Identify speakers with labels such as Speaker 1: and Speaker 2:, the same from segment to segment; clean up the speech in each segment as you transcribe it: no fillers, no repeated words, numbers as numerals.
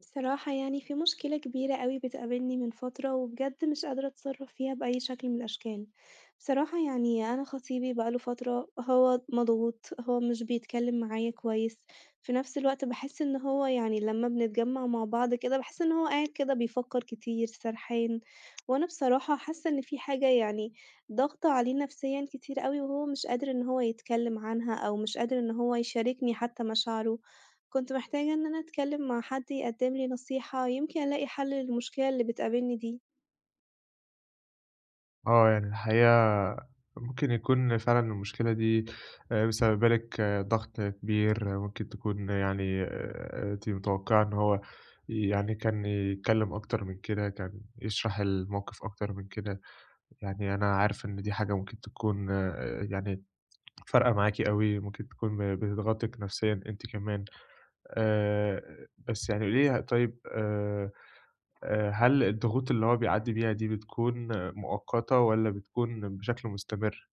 Speaker 1: بصراحة يعني في مشكلة كبيرة أوي بتقابلني من فترة وبجد مش قادرة أتصرّف فيها بأي شكل من الأشكال، بصراحة يعني أنا خطيبي بقى له فترة هو مضغوط، هو مش بيتكلّم معايا كويس، في نفس الوقت باحس إن هو يعني لمّا بنتجمّع مع بعض كده باحس إن هو قاعد كده بيفكّر كتير، سرحان، وأنا بصراحة حاسة إن في حاجة يعني ضاغطة عليه نفسيًا كتير أوي وهو مش قادر إن هو يتكلّم عنها أو مش قادر إن هو يشاركني حتى مشاعره. كنت محتاجة إن أنا أتكلّم مع حد يقدّم لي نصيحة، يمكن ألاقي حل للمشكلة اللي بتقابلني دي.
Speaker 2: آه، يعني الحقيقة ممكن يكون فعلًا المشكلة دي مسببة لِك ضغط كبير. ممكن تكون يعني أنتِ متوقعة إن هو يعني كان يتكلم أكتر من كده، كان يشرح الموقف أكتر من كده. يعني أنا عارف إن دي حاجة ممكن تكون يعني فارقة معاكِ أوي، ممكن تكون بتضغطِك نفسيًا أنتِ كمان. آآ، بس يعني قولي لي، طيب، هل الضغوط اللي هو بيعدّي بيها دي بتكون مؤقتة والّا بتكون بشكل مستمر؟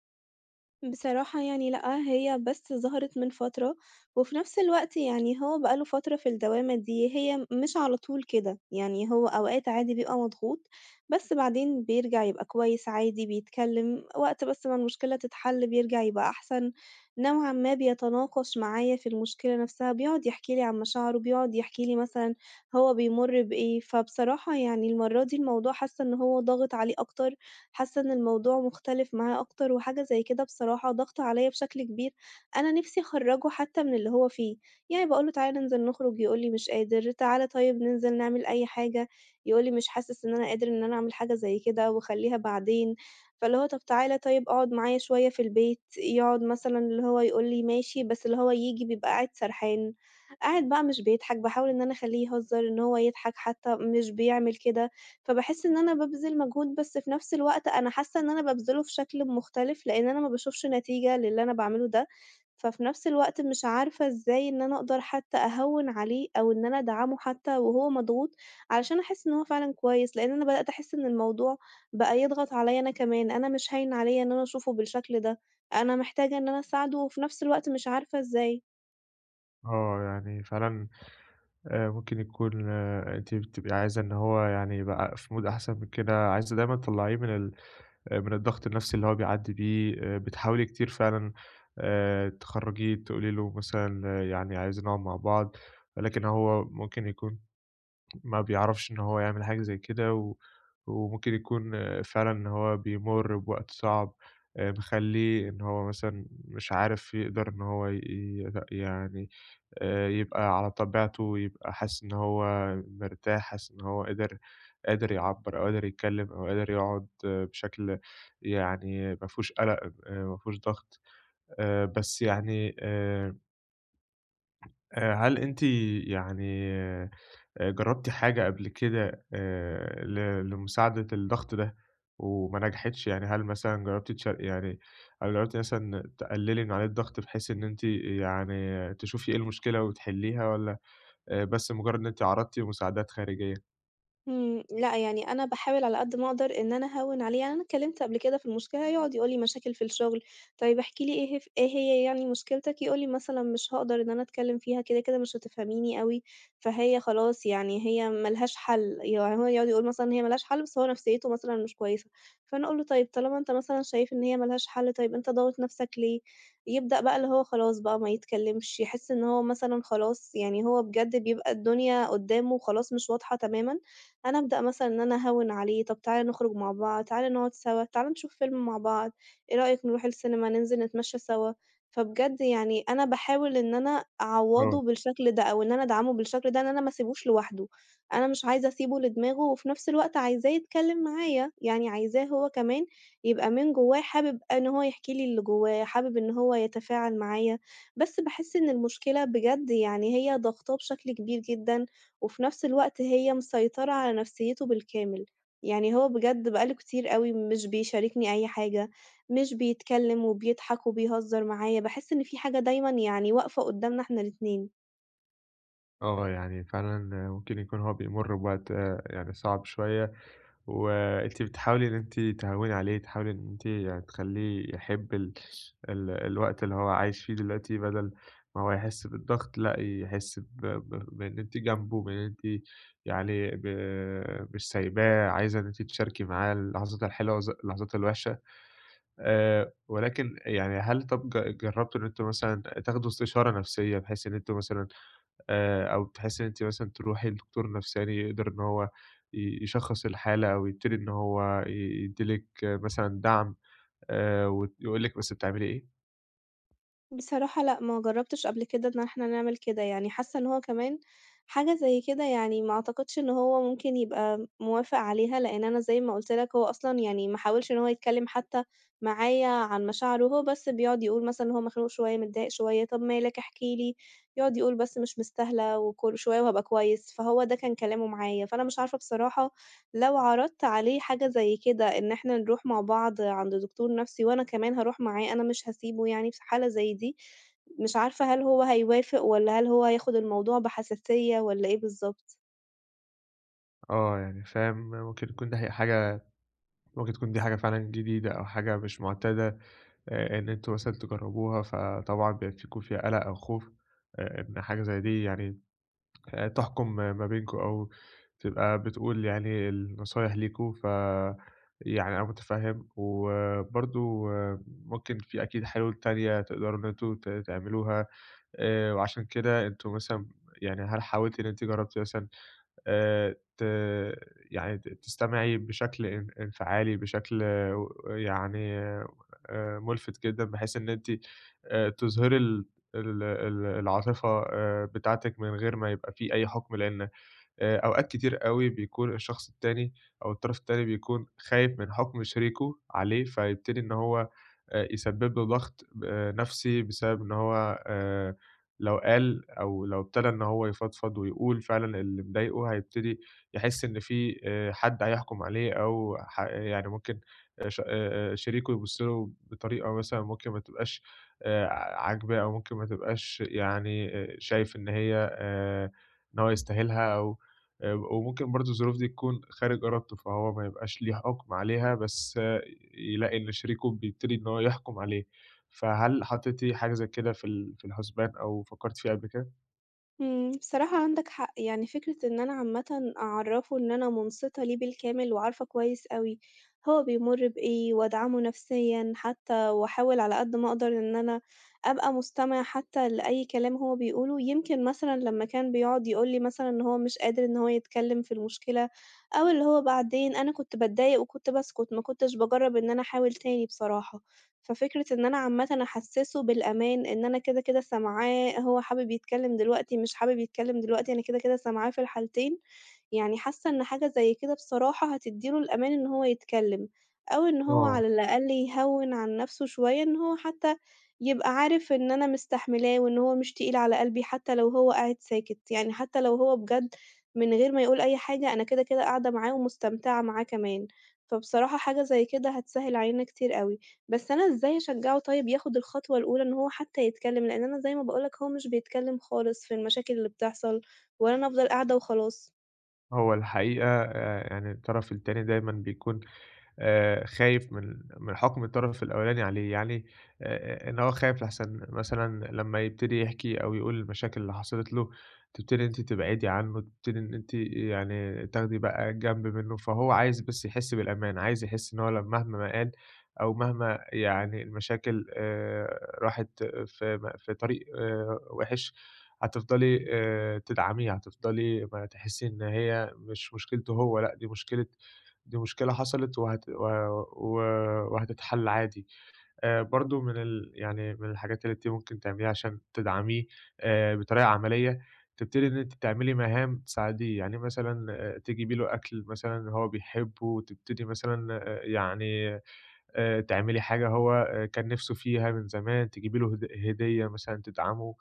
Speaker 1: بصراحة يعني لأ، هي بس ظهرت من فترة، وفي نفس الوقت يعني هو بقى له فترة في الدوامة دي، هي مش على طول كده، يعني هو أوقات عادي بيبقى مضغوط، بس بعدين بيرجع يبقى كويس عادي، بيتكلم، وقت بس ما المشكلة تتحل بيرجع يبقى أحسن، نوعًا ما بيتناقش معايا في المشكلة نفسها، بيقعد يحكي لي عن مشاعره، بيقعد يحكي لي مثلًا هو بيمُر بإيه، فبصراحة يعني المرة دي الموضوع حاسة إن هو ضاغط عليه أكتر. حاسة إن الموضوع مختلف معاه أكتر، وحاجة زي كده بصراحة ضاغطة عليَّ بشكل كبير، أنا نِفْسي أخرّجه حتى من اللي هو فيه، يعني باقول له: "تعالَ ننزل نخرج." يقول لي: "مش قادر." "تعالَ طيب ننزل نعمل أي حاجة." يقول لي: "مش حاسس إن أنا قادر إن أنا أعمل حاجة زي كده وخلّيها بعدين." فاللي هو طب تعالَ طيب اقعد معايا شوية في البيت، يقعد مثلًا اللي هو يقول لي ماشي، بس اللي هو ييجي بيبقى قاعد سرحان، قاعد بقى مش بيضحك، باحاول إن أنا أخلّيه يهزر، إن هو يضحك حتى، مش بيعمل كده. فباحس إن أنا بابذل مجهود، بس في نفس الوقت أنا حاسة إن أنا بابذله في شكل مختلف، لإن أنا ما باشوفش نتيجة للي أنا باعمله ده، ففي نفس الوقت مش عارفة إزاي إن أنا أقدر حتى أهوِّن عليه أو إن أنا أدعمه حتى وهو مضغوط، علشان أحس إن هو فعلًا كويس، لإن أنا بدأت أحس إن الموضوع بقى يضغط عليَّ أنا كمان، أنا مش هاين عليَّ إن أنا أشوفه بالشكل ده، أنا محتاجة إن أنا أساعده وفي نفس الوقت مش عارفة إزاي.
Speaker 2: آه، يعني فعلًا ممكن يكون أنتِ بتبقي عايزة إن هو يعني يبقى في mood أحسن من كده، عايزة دايمًا تطلّعيه من ال آه، من الضغط النفسي اللي هو بيعدّي بيه. بتحاولي كتير فعلًا تخرّجيه، تقولي له مثلًا يعني عايزين نقعد مع بعض، ولكن هو ممكن يكون ما بيعرفش إن هو يعمل حاجة زي كده، وممكن يكون فعلًا إن هو بيمُر بوقت صعب، مخلّيه إن هو مثلًا مش عارف يقدر إن هو ي ي يعني يبقى على طبيعته، يبقى حاسس إن هو مرتاح، حاسس إن هو قادر يعبّر، أو قادر يتكلّم، أو قادر يقعد بشكل يعني ما فيهوش قلق، ما فيهوش ضغط. بس يعني، هل أنتِ، يعني جرّبتِ حاجة قبل كده ل لمساعدة الضغط ده وما نجحتش؟ يعني هل مثلًا جرّبتِ تش يعني هل جرّبتِ مثلًا تقلّلي من عليه الضغط، بحيث إن أنتِ يعني تشوفي إيه المشكلة وتحلّيها، والّا بس مجرّد إن أنتِ عرضتِ مساعدات خارجية؟
Speaker 1: لأ يعني أنا باحاول على قد ما أقدر إن أنا أهوّن عليه، يعني أنا اتكلمت قبل كده في المشكلة، يقعد يقول لي مشاكل في الشغل، طيب احكِ لي إيه إيه هي يعني مشكلتك، يقول لي مثلًا مش هاقدر إن أنا أتكلم فيها، كده، كده مش هتفهميني أوي، فهي خلاص يعني هي ما لهاش حل، يعني هو يقعد يقول مثلًا إن هي ما لهاش حل، بس هو نفسيته مثلًا مش كويسة، فأنا أقول له: "طيب طالما أنت مثلًا شايف إن هي ما لهاش حل، طيب أنت ضاغط نفسك ليه؟" يبدأ بقى اللي هو خلاص بقى ما يتكلمش، يحس إن هو مثلًا خلاص يعني هو بجد بيبقى الدنيا قدّامه خلاص مش واضحة تمامًا. أنا أبدأ مثلًا إن أنا أهوِّن عليه، طَب تعالَ نخرج مع بعض، تعالَ نقعد سوا، تعالَ نشوف فيلم مع بعض، إيه رأيك نروح السينما ننزل نتمشى سوا؟ فبجد يعني أنا باحاول إن أنا
Speaker 2: آه،
Speaker 1: أعوّضه بالشكل ده، أو إن أنا أدعمه بالشكل ده، إن أنا ما اسيبوش لوحده، أنا مش عايزة أسيبه لدماغه، وفي نفس الوقت عايزاه يتكلم معايا، يعني عايزاه هو كمان يبقى من جوّاه حابب إن هو يحكي لي اللي جوّاه، حابب إن هو يتفاعل معايا، بس باحس إن المشكلة بجد يعني هي ضاغطاه بشكل كبير جدًا. وفي نفس الوقت هي مسيطرة على نفسيته بالكامل، يعني هو بجد بقى له كتير أوي مش بيشاركني أي حاجة، مش بيتكلم وبيضحك وبيهزر معايا، باحس إن في حاجة دايمًا يعني واقفة قدامنا إحنا الاتنين.
Speaker 2: آه، يعني فعلًا ممكن يكون هو بيمُر بوقت يعني صعب شوية، وأنتِ بتحاولي إن أنتِ تهوّني عليه، تحاولي إن أنتِ يعني تخلّيه يحب ال ال الوقت اللي هو عايش فيه دلوقتي، بدل ما هو يحس بالضغط، لأ، يحس ب ب بإن أنتِ جنبه، بإن أنتِ، يعني مش سايباه، عايزة إن أنتِ تشاركي معاه اللحظات الحلوة اللحظات الوحشة. ولكن يعني، هل، طَب جرّبتوا إن أنتم مثلًا تاخدوا استشارة نفسية، بحيث إن أنتم مثلًا أو بتحسّي إن أنتِ مثلًا تروحي لدكتور نفساني يقدر إن هو يشخّص الحالة، أو يبتدي إن هو يدّي لِك مثلًا دعم، وت يقول لِك بس بتعملي إيه.
Speaker 1: بصراحة لأ، ما جرّبتش قبل كده إن إحنا نعمل كده، يعني حاسة إن هو كمان حاجة زي كده يعني ما أعتقدش إن هو ممكن يبقى موافق عليها، لإن أنا زي ما قُلت لك هو أصلًا يعني ما حاولش إن هو يتكلّم حتى معايا عن مشاعره، هو بس بيقعد يقول مثلًا إن هو مخنوق شوية، متضايق شوية، طَب مالك احكِ لي، يقعد يقول بس مش مستاهلة وكل شوية وهابقى كويس، فهو ده كان كلامه معايا، فأنا مش عارفة بصراحة لو عرضت عليه حاجة زي كده إن إحنا نروح مع بعض عند دكتور نفسي وأنا كمان هاروح معاه، أنا مش هاسيبه يعني في حالة زي دي. مش عارفة هل هو هيوافق والّا هل هو هياخد الموضوع بحساسية والّا إيه بالضبط؟
Speaker 2: آه. يعني فاهم. ممكن تكون دي ح حاجة ممكن تكون دي حاجة فعلًا جديدة، أو حاجة مش مُعتادة إن أنتم مثلًا تجرّبوها، فطبعًا بيكون فيها قَلَق أو خوف إن حاجة زي دي، يعني تحكُم ما بينكم، أو تبقى بتقول يعني النصايح ليكم. يعني أنا مُتفهِّم، وبرضه ممكن في أكيد حلول تانية تقدروا إن أنتم تعملوها، وعشان كده أنتم مثلًا، يعني هل حاولتِ إن أنتِ جرّبتِ مثلًا ت يعني تستمعي بشكل انفعالي، بشكل يعني مُلفِت جدًا، بحيث إن أنتِ تظهري ال ال ال العاطفة بتاعتِك من غير ما يبقى في أي حُكم، لإن أوقات كتير أوي بيكون الشخص التاني أو الطرف التاني بيكون خايف من حُكم شريكه عليه، فيبتدي إن هو يسبب له ضغط نَفْسي، بسبب إن هو لو قال أو لو ابتدى إن هو يفضفض ويقول فعلًا اللي مضايقه، هيبتدي يحس إن في حد هيحكُم عليه، أو يعني ممكن ش شريكه يبُص له بطريقة مثلًا ممكن ما تبقاش آآ عاجباه، أو ممكن ما تبقاش، يعني شايف إن هي، إن هو يستاهلها، أو وممكن برضه الظروف دي تكون خارج إرادته، فهو ما يبقاش ليه حُكم عليها، بس يلاقي إن شريكه بيبتدي إن هو يحكُم عليه. فهل حطيتِ حاجة زي كده في في الحُسبان، أو فكّرتِ فيها قبل كده؟
Speaker 1: بصراحة عندك حق، يعني فكرة إن أنا عامةً أعرّفه إن أنا مُنصِتة ليه بالكامل وعارفة كويس أوي هو بيمُر بإيه وأدعمه نفسيًا حتى وأحاول على قد ما أقدر إن أنا أبقى مستمعة حتى لأي كلام هو بيقوله، يمكن مثلًا لمّا كان بيقعد يقول لي مثلًا إن هو مش قادر إن هو يتكلّم في المشكلة أو اللي هو بعدين، أنا كنت باتضايق وكنت باسكت، ما كنتش باجرّب إن أنا أحاول تاني بصراحة. ففكرة إن أنا عامةً أحسّسه بالأمان، إن أنا كده، كده سامعاه هو حابب يتكلّم دلوقتي، مش حابب يتكلّم دلوقتي، أنا كده، كده سامعاه في الحالتين، يعني حاسّة إن حاجة زي كده بصراحة هتدّي له الأمان إن هو يتكلّم، أو إن هو
Speaker 2: آه.
Speaker 1: على الأقل يهوّن عن نَفْسه شوية، إن هو حتى يبقى عارف إن أنا مستحملاه وإن هو مش تقيل على قلبي حتى لو هو قاعد ساكت، يعني حتى لو هو بجد من غير ما يقول أي حاجة، أنا كده، كده قاعدة معاه ومستمتعة معاه كمان، فبصراحة حاجة زي كده هتسهّل علينا كتير أوي. بس أنا إزاي أشجّعه طيب ياخُد الخطوة الأولى إن هو حتى يتكلّم، لإن أنا زي ما باقول لك هو مش بيتكلّم خالص في المشاكل اللي بتحصل، ولا أنا أفضل قاعدة وخلاص.
Speaker 2: هو الحقيقة يعني الطرف التاني دايمًا بيكون خايف من حُكم الطرف الأولاني عليه، يعني إن هو خايف لأحسن مثلًا لمّا يبتدي يحكي أو يقول المشاكل اللي حصلت له، تبتدي أنتِ تبعدي عنه، تبتدي إن أنتِ يعني تاخدي بقى جنب منه، فهو عايز بس يحس بالأمان، عايز يحس إن هو، مهما ما قال أو مهما، يعني المشاكل راحت في في طريق وِحِش، هتفضلي تدعميه، هتفضلي ما تحسّي إن هي مش مشكلته هو، لأ، دي مشكلة حصلت وهت و و وهتتحل عادي. برضه من يعني من الحاجات اللي أنتِ ممكن تعمليها عشان تدعميه بطريقة عملية، تبتدي إن أنتِ تعملي مهام تساعديه، يعني مثلًا تجيبي له أكل مثلًا هو بيحبه، وتبتدي مثلًا يعني تعملي حاجة هو كان نِفْسه فيها من زمان، تجيبي له هدية مثلًا تدعمه.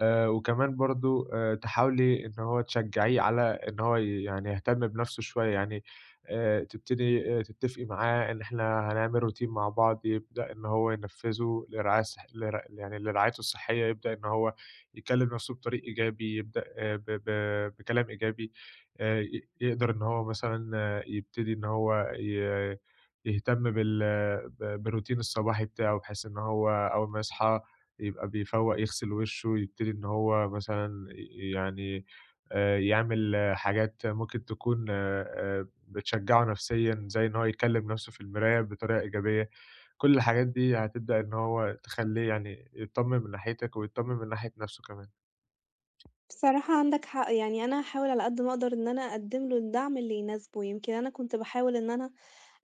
Speaker 2: وكمان برضه تحاولي إن هو تشجّعيه على إن هو يعني يهتم بنَفْسه شوية، يعني تبتدي تتّفقي معاه إن إحنا هنعمل روتين مع بعض يبدأ إن هو ينفّذه لرعاية صح لر يعني لرعايته الصحّية، يبدأ إن هو يكلّم نَفْسه بطريق إيجابي، يبدأ ب ب بكلام إيجابي، ي يقدر إن هو مثلًا يبتدي إن هو يهتم بالروتين الصباحي بتاعه، بحيث إن هو أول ما يصحى يبقى بيفوّق، يغسل وِشّه، يبتدي إن هو مثلًا يعني يعمل حاجات ممكن تكون بتشجّعه نفسيًا، زي إن هو يكلّم نَفْسه في المراية بطريقة إيجابية. كل الحاجات دي هتبدأ إن هو تخلّيه، يعني يتطمّن من ناحيتك، ويتطمّن من ناحية نَفْسه كمان.
Speaker 1: بصراحة عندك حق، يعني أنا هاحاول على قد ما أقدر إن أنا أقدّم له الدعم اللي يناسبه، يمكن أنا كنت باحاول إن أنا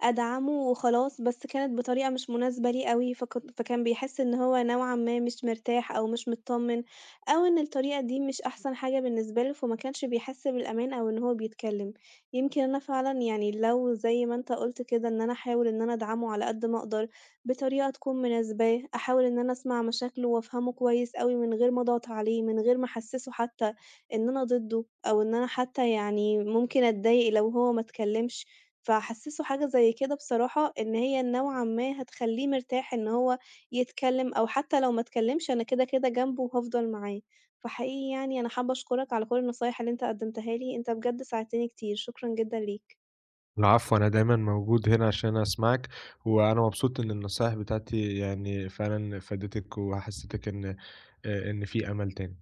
Speaker 1: أدعمه وخلاص، بس كانت بطريقة مش مناسبة ليه أوي، فكان بيحس إن هو نوعًا ما مش مرتاح أو مش متطمن، أو إن الطريقة دي مش أحسن حاجة بالنسبة له، فما كانش بيحس بالأمان أو إن هو بيتكلم. يمكن أنا فعلًا يعني لو زي ما أنت قُلت كده، إن أنا أحاول إن أنا أدعمه على قد ما أقدر، بطريقة تكون مناسباه، أحاول إن أنا أسمع مشاكله وأفهمه كويس أوي من غير ما أضغط عليه، من غير ما أحسسه حتى إن أنا ضده، أو إن أنا حتى يعني ممكن أتضايق لو هو ما اتكلمش. فاحسّسه حاجة زي كده بصراحة، إن هي نوعًا ما هتخلّيه مرتاح إن هو يتكلّم أو حتى لو ما اتكلّمش أنا كده، كده جنبه وهافضل معاه. فحقيقي يعني أنا حابة أشكرك على كل النصايح اللي أنت قدّمتها لي، أنت بجد ساعدتني كتير، شكرًا جدًا ليك.
Speaker 2: العفو، أنا دايمًا موجود هنا عشان أسمعك، وأنا مبسوط إن النصايح بتاعتي يعني فعلًا فادتِك، وحسّيتِك إن في أمل تاني.